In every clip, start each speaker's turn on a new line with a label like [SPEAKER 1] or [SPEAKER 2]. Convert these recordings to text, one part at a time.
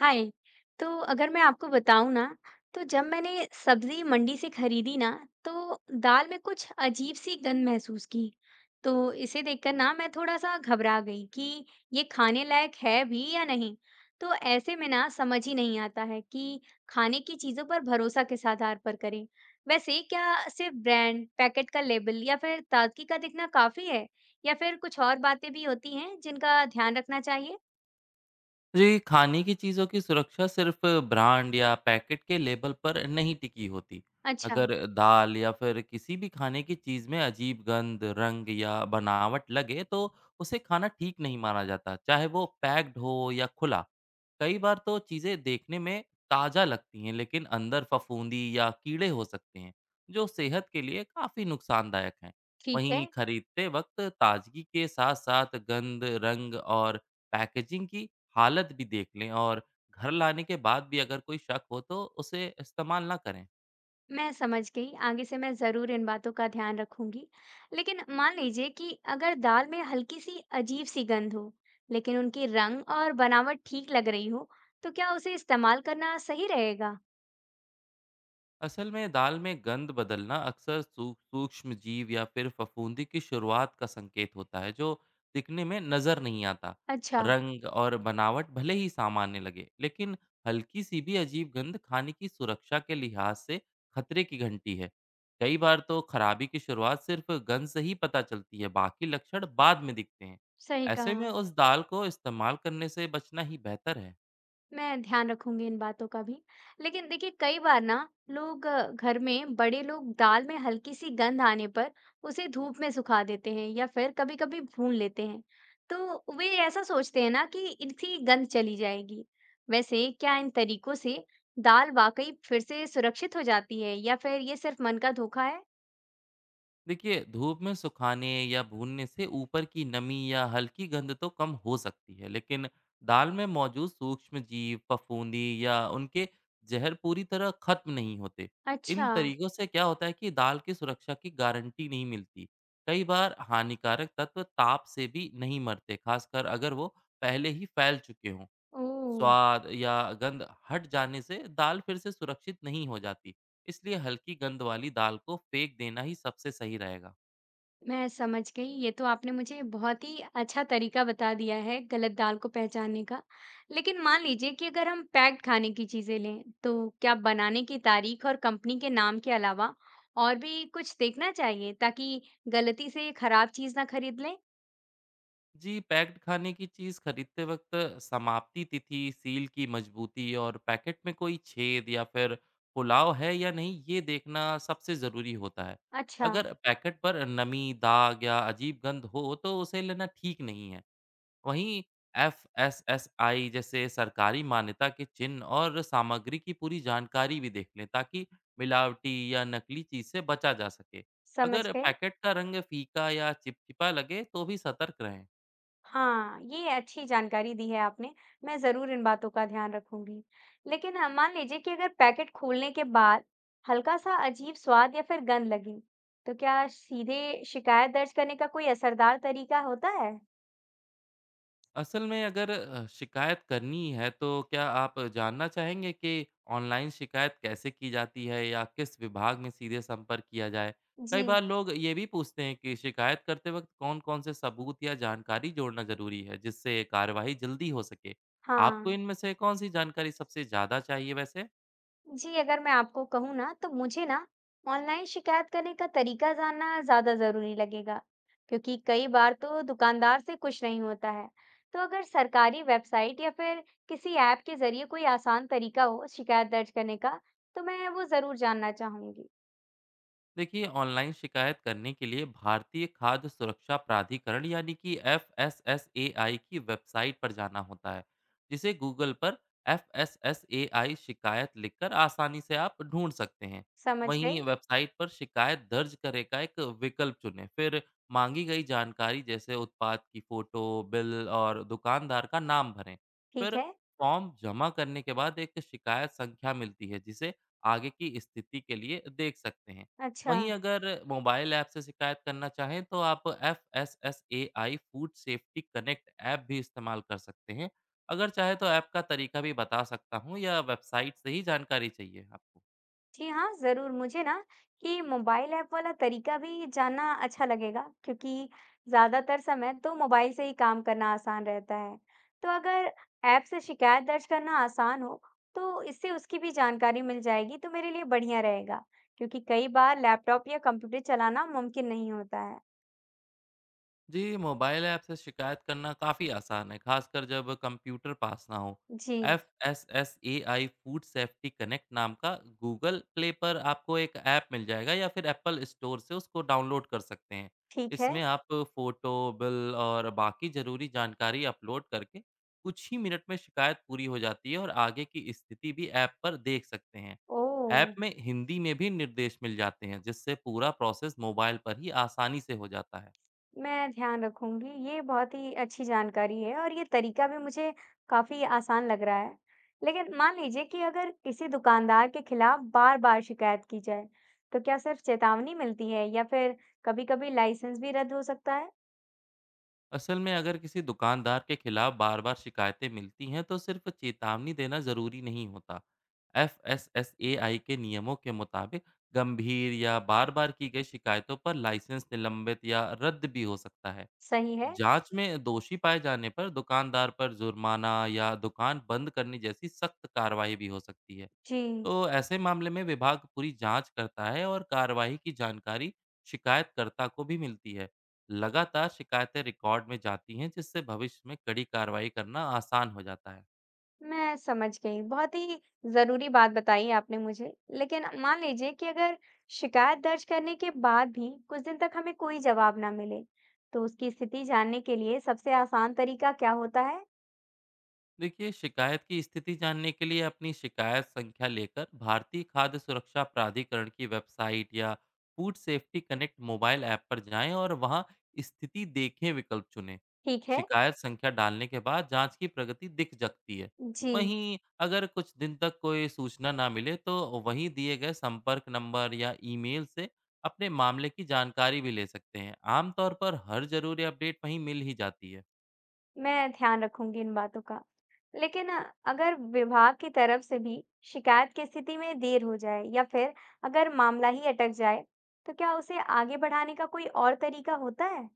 [SPEAKER 1] हाय। तो अगर मैं आपको बताऊं ना, तो जब मैंने सब्जी मंडी से खरीदी ना, तो दाल में कुछ अजीब सी गंध महसूस की। तो इसे देखकर ना मैं थोड़ा सा घबरा गई कि ये खाने लायक है भी या नहीं। तो ऐसे में ना समझ ही नहीं आता है कि खाने की चीजों पर भरोसा किस आधार पर करें। वैसे क्या सिर्फ ब्रांड पैकेट का लेबल या फिर ताजगी का दिखना काफी है, या फिर कुछ और बातें भी होती हैं जिनका ध्यान रखना चाहिए?
[SPEAKER 2] जी खाने की चीज़ों की सुरक्षा सिर्फ ब्रांड या पैकेट के लेबल पर नहीं टिकी होती।
[SPEAKER 1] अच्छा।
[SPEAKER 2] अगर दाल या फिर किसी भी खाने की चीज़ में अजीब गंध रंग या बनावट लगे तो उसे खाना ठीक नहीं माना जाता चाहे वो पैक्ड हो या खुला। कई बार तो चीज़ें देखने में ताज़ा लगती हैं लेकिन अंदर फफूंदी या कीड़े हो सकते हैं जो सेहत के लिए काफ़ी नुकसानदायक हैं।
[SPEAKER 1] ठीक है।
[SPEAKER 2] वहीं खरीदते वक्त ताजगी के साथ साथ गंध रंग और पैकेजिंग की हालत भी देख लें और घर लाने के बाद भी अगर कोई शक हो तो उसे इस्तेमाल ना करें।
[SPEAKER 1] मैं समझ गई, आगे से मैं जरूर इन बातों का ध्यान रखूंगी। लेकिन मान लीजिए कि अगर दाल में हल्की सी अजीब सी गंध हो, लेकिन उनकी रंग और बनावट ठीक लग रही हो, तो क्या उसे इस्तेमाल करना सही रहेगा?
[SPEAKER 2] असल में दाल में गंध बदलना अक्सर सूक्ष्म जीव या फिर फफूंदी की शुरुआत का संकेत होता है जो दिखने में नजर नहीं आता।
[SPEAKER 1] अच्छा।
[SPEAKER 2] रंग और बनावट भले ही सामान्य लगे लेकिन हल्की सी भी अजीब गंध खाने की सुरक्षा के लिहाज से खतरे की घंटी है। कई बार तो खराबी की शुरुआत सिर्फ गंध से ही पता चलती है बाकी लक्षण बाद में दिखते हैं।
[SPEAKER 1] सही कहा।
[SPEAKER 2] ऐसे में उस दाल को इस्तेमाल करने से बचना ही बेहतर है।
[SPEAKER 1] मैं ध्यान रखूंगी इन बातों का भी। लेकिन देखिए, कई बार ना लोग घर में बड़े लोग दाल में हल्की सी गंध आने पर उसे धूप में सुखा देते हैं या फिर कभी-कभी भून लेते हैं। तो वे ऐसा सोचते हैं ना कि इनकी गंध चली जाएगी। वैसे क्या इन तरीकों से दाल वाकई फिर से सुरक्षित हो जाती है या फिर ये सिर्फ मन का धोखा है?
[SPEAKER 2] देखिए धूप में सुखाने या भूनने से ऊपर की नमी या हल्की गंध तो कम हो सकती है लेकिन दाल में मौजूद सूक्ष्म जीव फफूंदी या उनके जहर पूरी तरह खत्म नहीं होते। इन
[SPEAKER 1] अच्छा।
[SPEAKER 2] तरीकों से क्या होता है कि दाल की सुरक्षा की गारंटी नहीं मिलती। कई बार हानिकारक तत्व ताप से भी नहीं मरते खासकर अगर वो पहले ही फैल चुके हों।
[SPEAKER 1] ओ।
[SPEAKER 2] स्वाद या गंध हट जाने से दाल फिर से सुरक्षित नहीं हो जाती। इसलिए हल्की गंध वाली दाल को फेंक देना ही सबसे सही रहेगा।
[SPEAKER 1] मैं समझ गई। ये तो आपने मुझे बहुत ही अच्छा तरीका बता दिया है गलत दाल को पहचानने का। लेकिन मान लीजिए कि अगर हम पैक्ड खाने की चीज़ें लें, तो क्या बनाने की तारीख और कंपनी के नाम के अलावा और भी कुछ देखना चाहिए ताकि गलती से खराब चीज़ ना खरीद लें?
[SPEAKER 2] जी पैक्ड खाने की चीज़ खरीदते वक्त समाप्ति तिथि सील की मजबूती और पैकेट में कोई छेद या फिर पुलाव है या नहीं ये देखना सबसे ज़रूरी होता है।
[SPEAKER 1] अच्छा।
[SPEAKER 2] अगर पैकेट पर नमी दाग या अजीब गंध हो तो उसे लेना ठीक नहीं है। वहीं एफएसएसआई जैसे सरकारी मान्यता के चिन्ह और सामग्री की पूरी जानकारी भी देख लें ताकि मिलावटी या नकली चीज से बचा जा सके।
[SPEAKER 1] समझ
[SPEAKER 2] अगर
[SPEAKER 1] गई।
[SPEAKER 2] पैकेट का रंग फीका या चिपचिपा लगे तो भी सतर्क रहें।
[SPEAKER 1] हाँ, ये अच्छी जानकारी दी है आपने। मैं ज़रूर इन बातों का ध्यान रखूँगी। लेकिन मान लीजिए कि अगर पैकेट खोलने के बाद हल्का-सा अजीब स्वाद या फिर गंध लगे, तो क्या सीधे शिकायत दर्ज करने का कोई असरदार तरीका होता है?
[SPEAKER 2] असल में अगर शिकायत करनी है तो क्या आप जानना चाहेंगे कि ऑनलाइन शिकायत कैसे की जाती है या किस विभाग में सीधे संपर्क किया जाए? कई
[SPEAKER 1] जी।
[SPEAKER 2] बार लोग ये भी पूछते हैं कि शिकायत करते वक्त कौन-कौन से सबूत या जानकारी जोड़ना जरूरी है जिससे कार्रवाई जल्दी हो सके। आपको
[SPEAKER 1] हाँ।
[SPEAKER 2] इनमें से कौन सी जानकारी सबसे ज्यादा चाहिए वैसे?
[SPEAKER 1] जी, अगर मैं आपको कहूँ ना, तो मुझे ना ऑनलाइन शिकायत करने का तरीका जानना ज़्यादा ज़रूरी लगेगा, क्योंकि कई बार तो दुकानदार से कुछ नहीं होता है। तो अगर सरकारी वेबसाइट या फिर किसी ऐप के जरिए कोई आसान तरीका हो शिकायत दर्ज करने का, तो मैं वो ज़रूर जानना चाहूँगी।
[SPEAKER 2] देखिए ऑनलाइन शिकायत करने के लिए भारतीय खाद्य सुरक्षा प्राधिकरण यानी कि FSSAI की वेबसाइट पर जाना होता है जिसे गूगल पर FSSAI शिकायत लिखकर आसानी से आप ढूंढ सकते हैं।
[SPEAKER 1] समझ
[SPEAKER 2] वहीं
[SPEAKER 1] गई।
[SPEAKER 2] वेबसाइट पर शिकायत दर्ज करे का एक विकल्प चुनें फिर मांगी गई जानकारी जैसे उत्पाद की फ़ोटो बिल और दुकानदार का नाम भरें।
[SPEAKER 1] ठीक
[SPEAKER 2] फिर
[SPEAKER 1] है।
[SPEAKER 2] फॉर्म जमा करने के बाद एक शिकायत संख्या मिलती है जिसे आगे की स्थिति के लिए देख सकते हैं।
[SPEAKER 1] अच्छा।
[SPEAKER 2] वहीं अगर मोबाइल ऐप से शिकायत करना चाहें तो आप FSSAI food safety connect app भी इस्तेमाल कर सकते हैं। अगर चाहे तो ऐप का तरीका भी बता सकता हूँ या वेबसाइट से ही जानकारी चाहिए आपको?
[SPEAKER 1] जी हाँ, जरूर। मुझे ना ये मोबाइल ऐप वाला तरीका भी जानना अच्छा लगेगा, क्योंकि ज्यादातर समय तो मोबाइल से ही काम करना आसान रहता है। तो अगर ऐप से शिकायत दर्ज करना आसान हो, तो इससे उसकी भी जानकारी मिल जाएगी तो मेरे लिए बढ़िया रहेगा, क्योंकि कई बार लैपटॉप या कंप्यूटर चलाना मुमकिन नहीं होता है।
[SPEAKER 2] जी मोबाइल ऐप से शिकायत करना काफ़ी आसान है खासकर जब कंप्यूटर पास ना हो।
[SPEAKER 1] जी।
[SPEAKER 2] F S S A I food safety connect नाम का गूगल प्ले पर आपको एक ऐप मिल जाएगा या फिर एप्पल स्टोर से उसको डाउनलोड कर सकते हैं।
[SPEAKER 1] ठीक है।
[SPEAKER 2] इसमें आप फोटो बिल और बाकी ज़रूरी जानकारी अपलोड करके कुछ ही मिनट में शिकायत पूरी हो जाती है और आगे की स्थिति भी ऐप पर देख सकते हैं।
[SPEAKER 1] ओ।
[SPEAKER 2] ऐप में हिंदी में भी निर्देश मिल जाते हैं जिससे पूरा प्रोसेस मोबाइल पर ही आसानी से हो जाता है।
[SPEAKER 1] मैं ध्यान रखूंगी। ये बहुत ही अच्छी जानकारी है और ये तरीका भी मुझे काफी आसान लग रहा है। लेकिन मान लीजिए कि अगर किसी दुकानदार के खिलाफ बार-बार शिकायत की जाए, तो क्या सिर्फ चेतावनी मिलती है या फिर कभी-कभी लाइसेंस भी रद्द हो सकता है?
[SPEAKER 2] असल में अगर किसी दुकानदार के खिलाफ बार बार शिकायतें मिलती हैं तो सिर्फ चेतावनी देना ज़रूरी नहीं होता। F S S A I के नियमों के मुताबिक गंभीर या बार बार की गई शिकायतों पर लाइसेंस निलंबित या रद्द भी हो सकता है।
[SPEAKER 1] सही है।
[SPEAKER 2] जांच में दोषी पाए जाने पर दुकानदार पर जुर्माना या दुकान बंद करने जैसी सख्त कार्रवाई भी हो सकती है।
[SPEAKER 1] जी।
[SPEAKER 2] तो ऐसे मामले में विभाग पूरी जांच करता है और कार्रवाई की जानकारी शिकायतकर्ता को भी मिलती है। लगातार शिकायतें रिकॉर्ड में जाती हैं जिससे भविष्य में कड़ी कार्रवाई करना आसान हो जाता है।
[SPEAKER 1] मैं समझ गई। बहुत ही ज़रूरी बात बताई आपने मुझे। लेकिन मान लीजिए कि अगर शिकायत दर्ज करने के बाद भी कुछ दिन तक हमें कोई जवाब ना मिले, तो उसकी स्थिति जानने के लिए सबसे आसान तरीका क्या होता है?
[SPEAKER 2] देखिए शिकायत की स्थिति जानने के लिए अपनी शिकायत संख्या लेकर भारतीय खाद्य सुरक्षा प्राधिकरण की वेबसाइट या food safety connect mobile app पर जाएं और वहां स्थिति देखें विकल्प चुनें।
[SPEAKER 1] ठीक है।
[SPEAKER 2] शिकायत संख्या डालने के बाद जांच की प्रगति दिख सकती है।
[SPEAKER 1] जी।
[SPEAKER 2] वहीं अगर कुछ दिन तक कोई सूचना ना मिले तो वहीं दिए गए संपर्क नंबर या ईमेल से अपने मामले की जानकारी भी ले सकते हैं। आमतौर पर हर जरूरी अपडेट वहीं मिल ही जाती है।
[SPEAKER 1] मैं ध्यान रखूंगी इन बातों का। लेकिन अगर विभाग की तरफ से भी शिकायत की स्थिति में देर हो जाए या फिर अगर मामला ही अटक जाए, तो क्या उसे आगे बढ़ाने का कोई और तरीका होता है?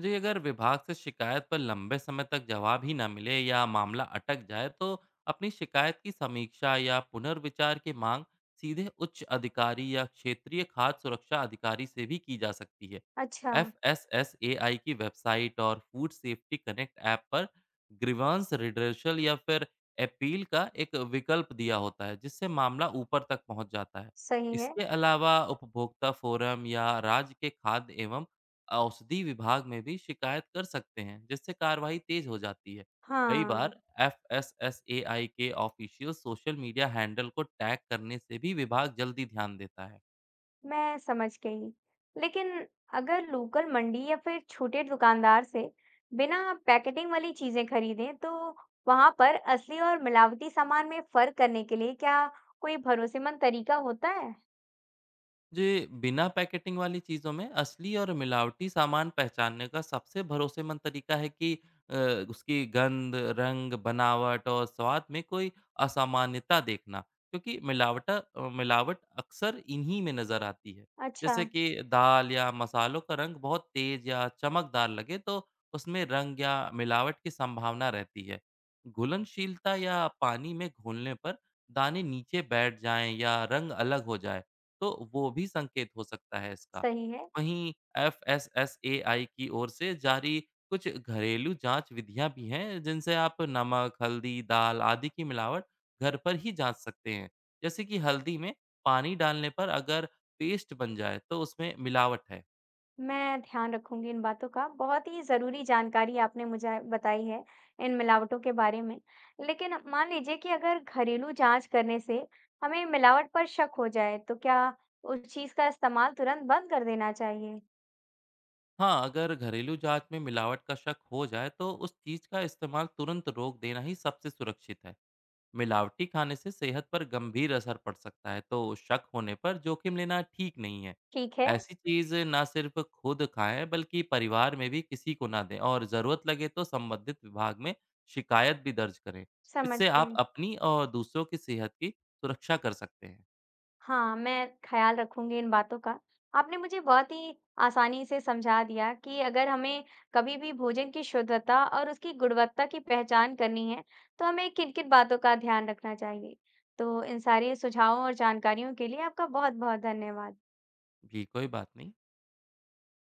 [SPEAKER 2] जी अगर विभाग से शिकायत पर लंबे समय तक जवाब ही ना मिले या मामला अटक जाए तो अपनी शिकायत की समीक्षा या पुनर्विचार की मांग सीधे उच्च अधिकारी या क्षेत्रीय खाद्य सुरक्षा अधिकारी से भी की जा सकती है।
[SPEAKER 1] अच्छा।
[SPEAKER 2] FSSAI की वेबसाइट और फूड सेफ्टी कनेक्ट ऐप पर ग्रीवांस रिड्रेशल या फिर अपील का एक विकल्प दिया होता है जिससे मामला ऊपर तक पहुंच जाता है।
[SPEAKER 1] सही है।
[SPEAKER 2] इसके अलावा उपभोक्ता फोरम या राज्य के खाद्य एवं औषधि विभाग में भी शिकायत कर सकते हैं, जिससे कार्रवाई तेज हो जाती है। कई
[SPEAKER 1] हाँ।
[SPEAKER 2] बार एफएसएसएआई के ऑफिशियल सोशल मीडिया हैंडल को टैग करने से भी विभाग जल्दी ध्यान देता है।
[SPEAKER 1] मैं समझ गई। लेकिन अगर लोकल मंडी या फिर छोटे दुकानदार से बिना पैकेटिंग वाली चीजें खरीदें, तो वहां पर असली और मिलावटी सामान में फर्क करने के लिए क्या कोई भरोसेमंद तरीका होता है?
[SPEAKER 2] जी बिना पैकेटिंग वाली चीज़ों में असली और मिलावटी सामान पहचानने का सबसे भरोसेमंद तरीका है कि अ, उसकी गंध, रंग, बनावट और स्वाद में कोई असामान्यता देखना क्योंकि मिलावट अक्सर इन्हीं में नज़र आती है।
[SPEAKER 1] अच्छा।
[SPEAKER 2] जैसे कि दाल या मसालों का रंग बहुत तेज या चमकदार लगे तो उसमें रंग या मिलावट की संभावना रहती है। घुलनशीलता या पानी में घोलने पर दाने नीचे बैठ जाएं या रंग अलग हो जाए तो वो भी संकेत हो सकता है इसका।
[SPEAKER 1] सही है।
[SPEAKER 2] वहीं एफएसएसएआई की ओर से जारी कुछ घरेलू जाँच विधियाँ भी हैं, जिनसे आप नमक, हल्दी, दाल आदि की मिलावट घर पर ही जाँच सकते हैं। जैसे कि हल्दी में पानी डालने पर अगर पेस्ट बन जाए, तो उसमें मिलावट है।
[SPEAKER 1] मैं ध्यान रखूंगी इन बातों का। बहुत ही ज़रूरी जानकारी आपने मुझे बताई है इन मिलावटों के बारे में। लेकिन मान लीजिए कि अगर घरेलू जांच करने से हमें मिलावट पर शक हो जाए, तो क्या उस चीज़ का इस्तेमाल तुरंत बंद कर देना चाहिए?
[SPEAKER 2] हाँ, अगर घरेलू जाँच में मिलावट का शक हो जाए, तो उस चीज़ का इस्तेमाल तुरंत रोक देना ही सबसे सुरक्षित है। मिलावटी खाने से सेहत पर गंभीर असर पड़ सकता है तो शक होने पर जोखिम लेना ठीक नहीं है।
[SPEAKER 1] ठीक है।
[SPEAKER 2] ऐसी चीज ना सिर्फ खुद खाएं बल्कि परिवार में भी किसी को ना दें और जरूरत लगे तो संबंधित विभाग में शिकायत भी दर्ज करें।
[SPEAKER 1] समझ
[SPEAKER 2] इससे
[SPEAKER 1] गई।
[SPEAKER 2] आप अपनी और दूसरों की सेहत की सुरक्षा कर सकते हैं।
[SPEAKER 1] हाँ, मैं ख़्याल रखूँगी इन बातों का। आपने मुझे बहुत ही आसानी से समझा दिया कि अगर हमें कभी भी भोजन की शुद्धता और उसकी गुणवत्ता की पहचान करनी है, तो हमें किन-किन बातों का ध्यान रखना चाहिए। तो इन सारे सुझावों और जानकारियों के लिए आपका बहुत-बहुत धन्यवाद।
[SPEAKER 2] जी कोई बात नहीं।